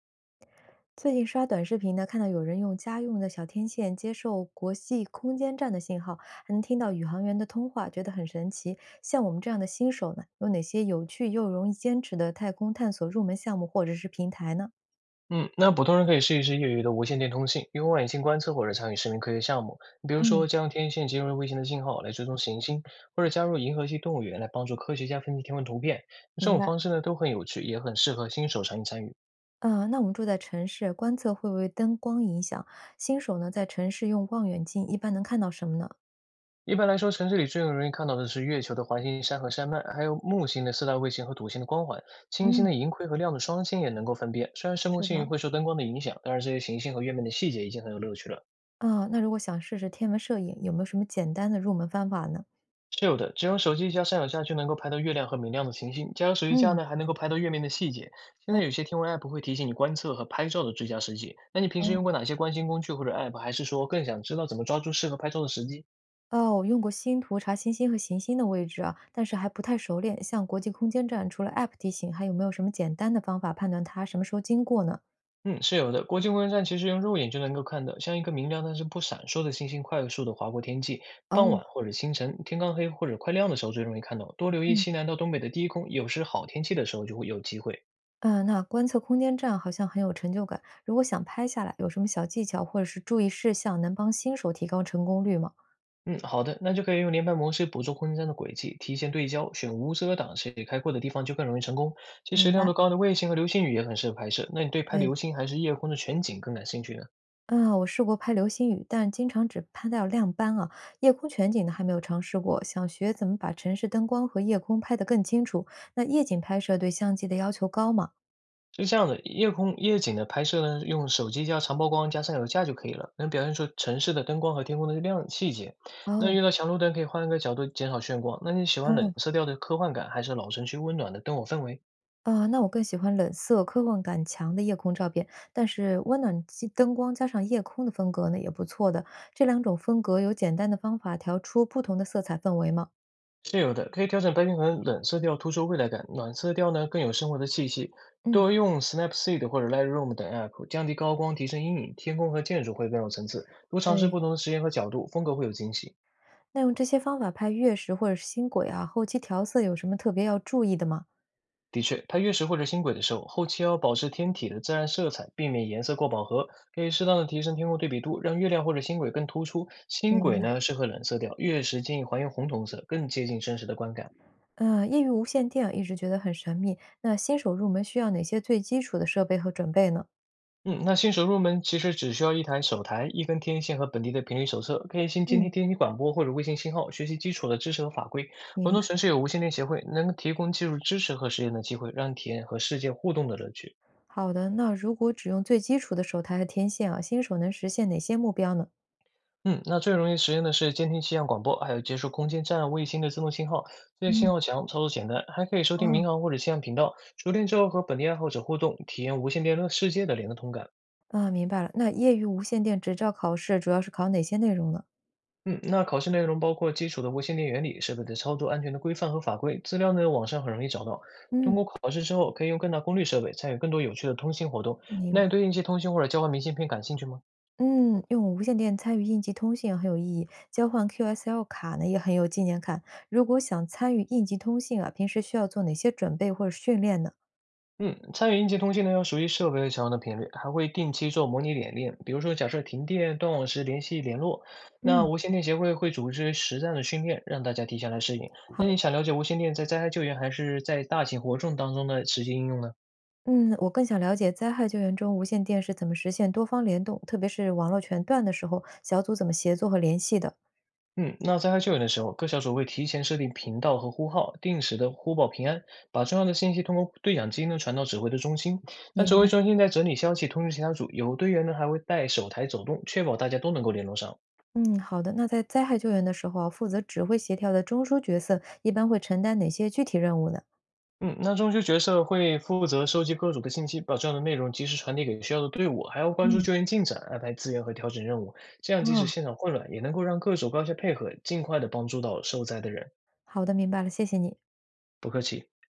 最近刷短视频呢，看到有人用家用的小天线接受国际空间站的信号，还能听到宇航员的通话，觉得很神奇。像我们这样的新手呢，有哪些有趣又容易坚持的太空探索入门项目或者是平台呢？嗯，那普通人可以试一试业余的无线电通信，用望远镜观测或者参与市民科学项目，比如嗯，说将天线接入卫星的信号来追踪行星，或者加入银河系动物园来帮助科学家分析天文图片。这明种白。方式呢都很有趣，也很适合新手参与参与。那我们住在城市，观测会不会灯光影响？新手呢，在城市用望远镜一般能看到什么呢？一般来说，城市里最容易看到的是月球的环形山和山脉，还有木星的四大卫星和土星的光环。金星的嗯，盈亏和亮的双星也能够分辨。虽然深空是星云的。会受灯光的影响，但是这些行星和月面的细节已经很有乐趣了。啊、那如果想试试天文摄影，有没有什么简单的入门方法呢？是有的，只用手机加摄像架就能够拍到月亮和明亮的行星。加上手机架嗯，呢，还能够拍到月面的细节。现在有些天文 App 会提醒你观测和拍照的最佳时机。那你平时用哦。过哪些观星工具或者 App？还是说更想知道怎么抓住适合拍照的时机？哦，我用过星图查星星和行星的位置啊，但是还不太熟练。像国际空间站，除了 App 提醒，还有没有什么简单的方法判断它什么时候经过呢？嗯，是有的。国际观测站其实用肉眼就能够看到，像一个明亮但是不闪烁的星星快速的划过天际。哦，傍晚或者清晨，天刚黑或者快亮的时候最容易看到。多留意嗯西南到东北的低空，有时好天气的时候就会有机会。嗯，那观测空间站好像很有成就感。如果想拍下来，有什么小技巧或者是注意事项能帮新手提高成功率吗？嗯，好的，那就可以用连拍模式捕捉空间站的轨迹，提前对焦，选无遮挡、视野开阔的地方就更容易成功。其实明亮白。度高的卫星和流星雨也很适合拍摄。那你对拍对，流星还是夜空的全景更感兴趣呢？啊，我试过拍流星雨，但经常只拍到亮斑啊，夜空全景的还没有尝试过。想学怎么把城市灯光和夜空拍得更清楚。那夜景拍摄对相机的要求高吗？是这样的，夜空夜景的拍摄呢，用手机加长曝光加上有架就可以了，能表现出城市的灯光和天空的亮细节。那哦，遇到强路灯可以换一个角度减少眩光。那你喜欢冷嗯，色调的科幻感，还是老城区温暖的灯火氛围？啊，那我更喜欢冷色、科幻感强的夜空照片，但是温暖气灯光加上夜空的风格呢，也不错的。这两种风格有简单的方法调出不同的色彩氛围吗？是有的，可以调整白平衡，冷色调突出未来感，暖色调呢更有生活的气息。嗯，多用 Snapseed 或者 Lightroom 等 app，降低高光，提升阴影，天空和建筑会更有层次。多尝试对，不同的时间和角度，风格会有惊喜。那用这些方法拍月食或者是星轨啊，后期调色有什么特别要注意的吗？的确，拍月食或者星轨的时候，后期要保持天体的自然色彩，避免颜色过饱和，可以适当的提升天空对比度，让月亮或者星轨更突出。星明轨白。呢适合冷色调，月食建议还原红铜色，更接近真实的观感。业余无线电啊一直觉得很神秘。那新手入门需要哪些最基础的设备和准备呢？嗯，那新手入门其实只需要一台手台、一根天线和本地的频率手册，可以先监听嗯，天气广播或者卫星信号，学习基础的知识和法规。很明多白。城市有无线电协会，能够提供技术支持和实验的机会，让你体验和世界互动的乐趣。好的，那如果只用最基础的手台和天线啊，新手能实现哪些目标呢？嗯，那最容易实现的是监听气象广播，还有接触空间站卫星的自动信号，这些信嗯。号强，操作简单，还可以收听哦，民航或者气象频道。熟练之后和本地爱好者互动，体验无线电世界的联通感。啊，明白了。那业余无线电执照考试主要是考哪些内容呢？嗯，那考试内容包括基础的无线电原理、设备的操作安全的规范和法规，资料呢网上很容易找到。嗯，考试之后可以用更大功率设备参与更多有趣的通信活动。那明你对应急通信或者交换明信片感兴趣吗？嗯，用无线电参与应急通信很有意义，交换 QSL 卡呢也很有纪念感。如果想参与应急通信啊，平时需要做哪些准备或者训练呢？嗯，参与应急通信呢要熟悉设备常用的频率，还会定期做模拟演练，比如说假设停电、断网时联系联络。那嗯，无线电协会会组织实战的训练，让大家提前来适应。好那你的。想了解无线电在灾害救援还是在大型活动当中的实际应用呢？嗯，我更想了解灾害救援中无线电是怎么实现多方联动，特别是网络全断的时候，小组怎么协作和联系的。嗯，那灾害救援的时候，各小组会提前设定频道和呼号，定时的呼报平安，把重要的信息通过对讲机呢传到指挥的中心。那指明挥白。中心在整理消息，通知其他组。有队员呢还会带手台走动，确保大家都能够联络上。嗯，好的。那在灾害救援的时候啊，负责指挥协调的中枢角色一般会承担哪些具体任务呢？嗯，那中枢角色会负责收集各组的信息，把重要的内容及时传递给需要的队伍，还要关注嗯，救援进展，安排资源和调整任务。这样即使哦，现场混乱，也能够让各组高效配合，尽快的帮助到受灾的人。好的，明白了，谢谢你。不客气。